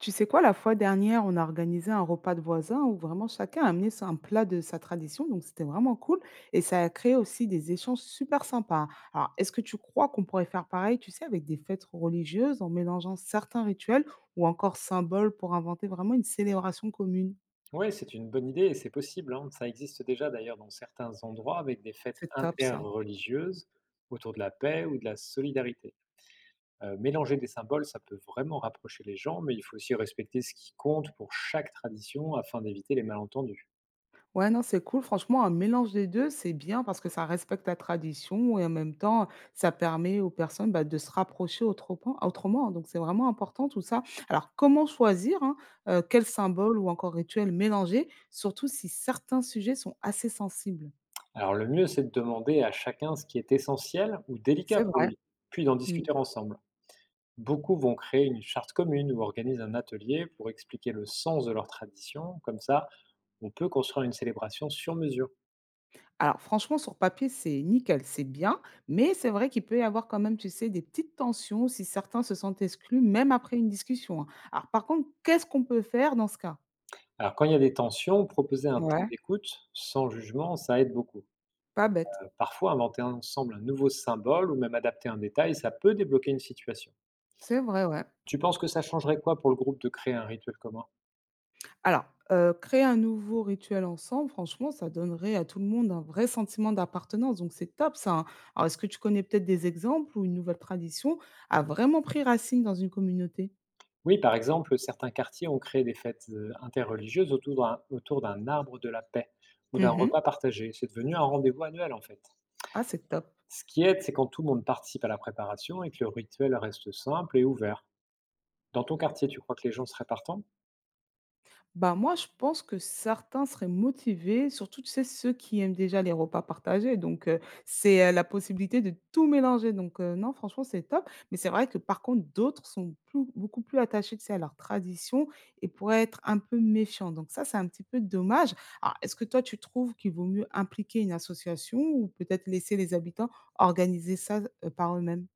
Tu sais quoi, la fois dernière, on a organisé un repas de voisins où vraiment chacun a amené un plat de sa tradition, donc c'était vraiment cool et ça a créé aussi des échanges super sympas. Alors, est-ce que tu crois qu'on pourrait faire pareil, tu sais, avec des fêtes religieuses en mélangeant certains rituels ou encore symboles pour inventer vraiment une célébration commune? Ouais, c'est une bonne idée et c'est possible, hein. Ça existe déjà d'ailleurs dans certains endroits avec des fêtes C'est top ça. interreligieuses autour de la paix ou de la solidarité. Mélanger des symboles, ça peut vraiment rapprocher les gens, mais il faut aussi respecter ce qui compte pour chaque tradition afin d'éviter les malentendus. Ouais, non, c'est cool. Franchement, un mélange des 2 c'est bien parce que ça respecte la tradition et en même temps, ça permet aux personnes, bah, de se rapprocher autrement. Hein. Donc, c'est vraiment important tout ça. Alors, comment choisir, hein, quel symbole ou encore rituel mélanger, surtout si certains sujets sont assez sensibles? Alors le mieux, c'est de demander à chacun ce qui est essentiel ou délicat C'est pour vrai. lui, puis d'en Mmh. discuter ensemble. Beaucoup vont créer une charte commune ou organisent un atelier pour expliquer le sens de leur tradition. Comme ça, on peut construire une célébration sur mesure. Alors franchement, sur papier, c'est nickel, c'est bien, mais c'est vrai qu'il peut y avoir quand même, tu sais, des petites tensions si certains se sentent exclus, même après une discussion, hein. Alors par contre, qu'est-ce qu'on peut faire dans ce cas? Alors quand il y a des tensions, proposer un temps Ouais, d'écoute sans jugement, ça aide beaucoup. pas bête. Parfois, inventer ensemble un nouveau symbole ou même adapter un détail, ça peut débloquer une situation. C'est vrai, ouais. Tu penses que ça changerait quoi pour le groupe de créer un rituel commun? Alors, créer un nouveau rituel ensemble, franchement, ça donnerait à tout le monde un vrai sentiment d'appartenance, donc c'est top ça, hein. Alors est-ce que tu connais peut-être des exemples où une nouvelle tradition a vraiment pris racine dans une communauté? Oui, par exemple, certains quartiers ont créé des fêtes interreligieuses autour d'un arbre de la paix ou d'un Mmh. repas partagé. C'est devenu un rendez-vous annuel en fait. Ah, c'est top. Ce qui aide, c'est quand tout le monde participe à la préparation et que le rituel reste simple et ouvert. Dans ton quartier, tu crois que les gens seraient partants? Bah moi, je pense que certains seraient motivés, surtout, tu sais, ceux qui aiment déjà les repas partagés. Donc, la possibilité de tout mélanger. Donc, non, franchement, c'est top. Mais c'est vrai que par contre, d'autres sont plus beaucoup plus attachés, tu sais, à leur tradition et pourraient être un peu méfiants. Donc ça, c'est un petit peu dommage. Alors, est-ce que toi, tu trouves qu'il vaut mieux impliquer une association ou peut-être laisser les habitants organiser ça, par eux-mêmes?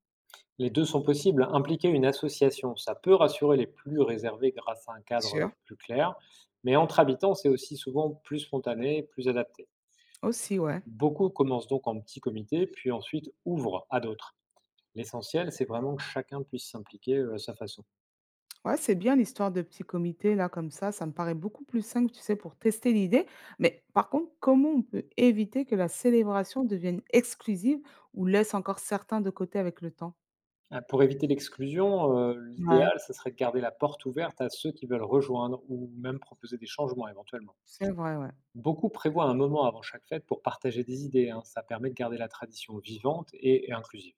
Les deux sont possibles. Impliquer une association, ça peut rassurer les plus réservés grâce à un cadre Sûr. plus clair, mais entre habitants, c'est aussi souvent plus spontané, plus adapté. Aussi, ouais. Beaucoup commencent donc en petit comité, puis ensuite ouvrent à d'autres. L'essentiel, c'est vraiment que chacun puisse s'impliquer, à sa façon. Ouais, c'est bien l'histoire de petits comités, là, comme ça. Ça me paraît beaucoup plus simple, tu sais, pour tester l'idée. Mais par contre, comment on peut éviter que la célébration devienne exclusive ou laisse encore certains de côté avec le temps? Ah, pour éviter l'exclusion, Ouais, l'idéal, ce serait de garder la porte ouverte à ceux qui veulent rejoindre ou même proposer des changements éventuellement. c'est vrai, ouais. Beaucoup prévoient un moment avant chaque fête pour partager des idées, hein. Ça permet de garder la tradition vivante et inclusive.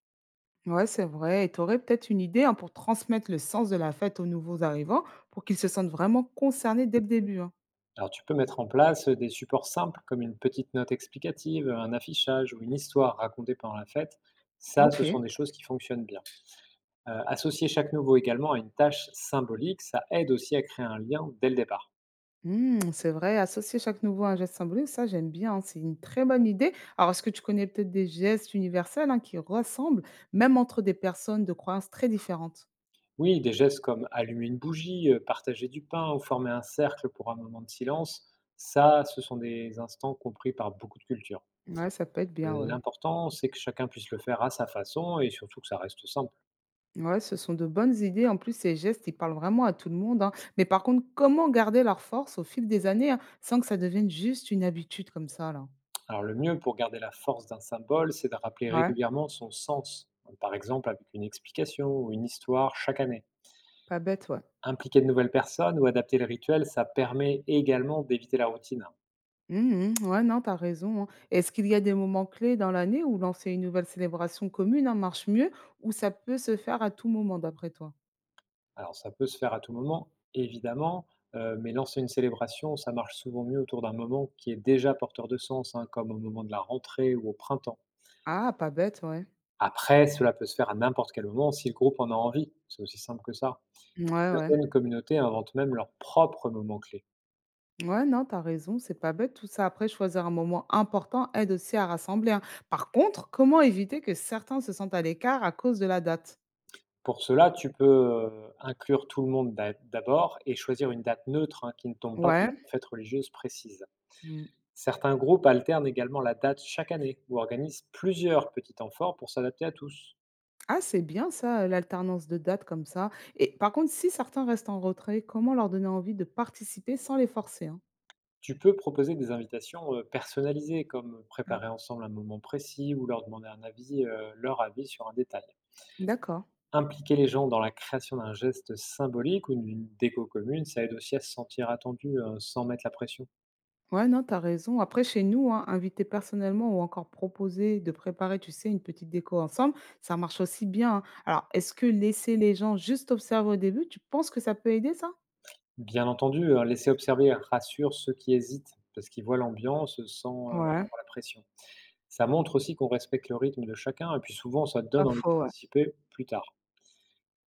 Ouais, c'est vrai. Et tu aurais peut-être une idée, hein, pour transmettre le sens de la fête aux nouveaux arrivants, pour qu'ils se sentent vraiment concernés dès le début, hein. Alors tu peux mettre en place des supports simples comme une petite note explicative, un affichage ou une histoire racontée pendant la fête. Ça, Ok. ce sont des choses qui fonctionnent bien. Associer chaque nouveau également à une tâche symbolique, ça aide aussi à créer un lien dès le départ. Mmh, c'est vrai, associer chaque nouveau à un geste symbolique, ça j'aime bien, hein, c'est une très bonne idée. Alors, est-ce que tu connais peut-être des gestes universels hein, qui ressemblent, même entre des personnes de croyances très différentes? Oui, des gestes comme allumer une bougie, partager du pain ou former un cercle pour un moment de silence, ça, ce sont des instants compris par beaucoup de cultures. Ouais, ça peut être bien, ouais. L'important, c'est que chacun puisse le faire à sa façon et surtout que ça reste simple. Ouais, ce sont de bonnes idées. En plus, ces gestes, ils parlent vraiment à tout le monde, hein. Mais par contre, comment garder leur force au fil des années hein, sans que ça devienne juste une habitude comme ça, là? Alors le mieux pour garder la force d'un symbole, c'est de rappeler Ouais, régulièrement son sens, par exemple avec une explication ou une histoire chaque année. pas bête, ouais. Impliquer de nouvelles personnes ou adapter le rituel, ça permet également d'éviter la routine. Mmh. Ouais, non, t'as raison, hein. Est-ce qu'il y a des moments clés dans l'année où lancer une nouvelle célébration commune, hein, marche mieux ou ça peut se faire à tout moment d'après toi? Alors ça peut se faire à tout moment, évidemment, mais lancer une célébration, ça marche souvent mieux autour d'un moment qui est déjà porteur de sens, hein, comme au moment de la rentrée ou au printemps. Ah, pas bête, ouais. Après, cela peut se faire à n'importe quel moment si le groupe en a envie. C'est aussi simple que ça. Ouais, ouais. Certaines communautés inventent même leurs propres moments clés. Ouais, non, t'as raison, c'est pas bête tout ça. Après, choisir un moment important aide aussi à rassembler, hein. Par contre, comment éviter que certains se sentent à l'écart à cause de la date? Pour cela, tu peux inclure tout le monde d'abord et choisir une date neutre, hein, qui ne tombe pas pendant Ouais. une fête religieuse précise. Mmh. Certains groupes alternent également la date chaque année ou organisent plusieurs petits temps forts pour s'adapter à tous. Ah, c'est bien ça, l'alternance de dates comme ça. Et par contre, si certains restent en retrait, comment leur donner envie de participer sans les forcer, hein? Tu peux proposer des invitations personnalisées comme Ah, préparer ensemble un moment précis ou leur demander un avis, leur avis sur un détail. d'accord. Impliquer les gens dans la création d'un geste symbolique ou d'une déco commune, ça aide aussi à se sentir attendu, sans mettre la pression. Ouais, non, t'as raison. Après, chez nous, hein, inviter personnellement ou encore proposer de préparer, tu sais, une petite déco ensemble, ça marche aussi bien, hein. Alors, est-ce que laisser les gens juste observer au début, tu penses que ça peut aider ça? Bien entendu, laisser observer rassure ceux qui hésitent, parce qu'ils voient l'ambiance sans, Ouais, avoir la pression. Ça montre aussi qu'on respecte le rythme de chacun et puis souvent ça te pas donne envie de faux, ouais. participer plus tard.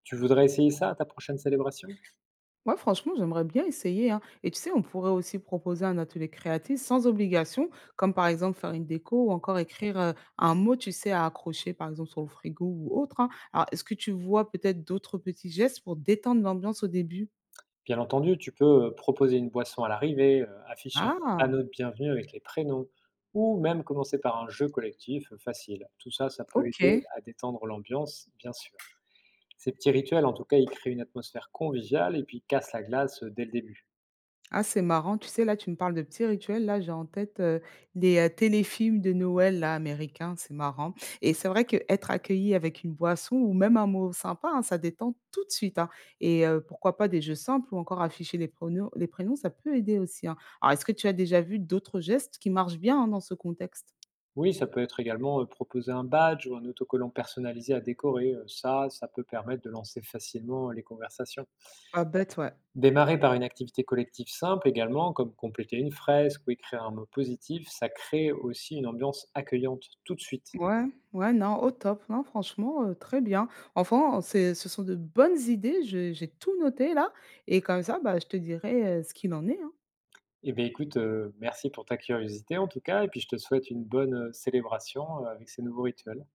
Tu voudrais essayer ça à ta prochaine célébration? Ouais, franchement, j'aimerais bien essayer, hein. Et tu sais, on pourrait aussi proposer un atelier créatif sans obligation, comme par exemple faire une déco ou encore écrire un mot, tu sais, à accrocher, par exemple, sur le frigo ou autre, hein. Alors, est-ce que tu vois peut-être d'autres petits gestes pour détendre l'ambiance au début? Bien entendu, tu peux, proposer une boisson à l'arrivée, afficher un Ah, panneau de bienvenue avec les prénoms ou même commencer par un jeu collectif, facile. Tout ça, ça peut ok. aider à détendre l'ambiance, bien sûr. Ces petits rituels, en tout cas, ils créent une atmosphère conviviale et puis cassent la glace, dès le début. Ah, c'est marrant, tu sais, là, tu me parles de petits rituels. Là, j'ai en tête les téléfilms de Noël là, américains, c'est marrant. Et c'est vrai que être accueilli avec une boisson ou même un mot sympa, hein, ça détend tout de suite, hein. Et pourquoi pas des jeux simples ou encore afficher les pronoms, les prénoms, ça peut aider aussi, hein. Alors, est-ce que tu as déjà vu d'autres gestes qui marchent bien hein, dans ce contexte? Oui, ça peut être également, proposer un badge ou un autocollant personnalisé à décorer, ça, ça peut permettre de lancer facilement les conversations. Ah, bête, ouais. Démarrer par une activité collective simple également, comme compléter une fresque ou écrire un mot positif, ça crée aussi une ambiance accueillante tout de suite. Ouais, ouais, non, au top. Non, franchement, très bien. Enfin, ce sont de bonnes idées. J'ai tout noté là. Et comme ça, bah, je te dirai ce qu'il en est, hein. Eh bien, écoute, merci pour ta curiosité en tout cas et puis je te souhaite une bonne, célébration, avec ces nouveaux rituels.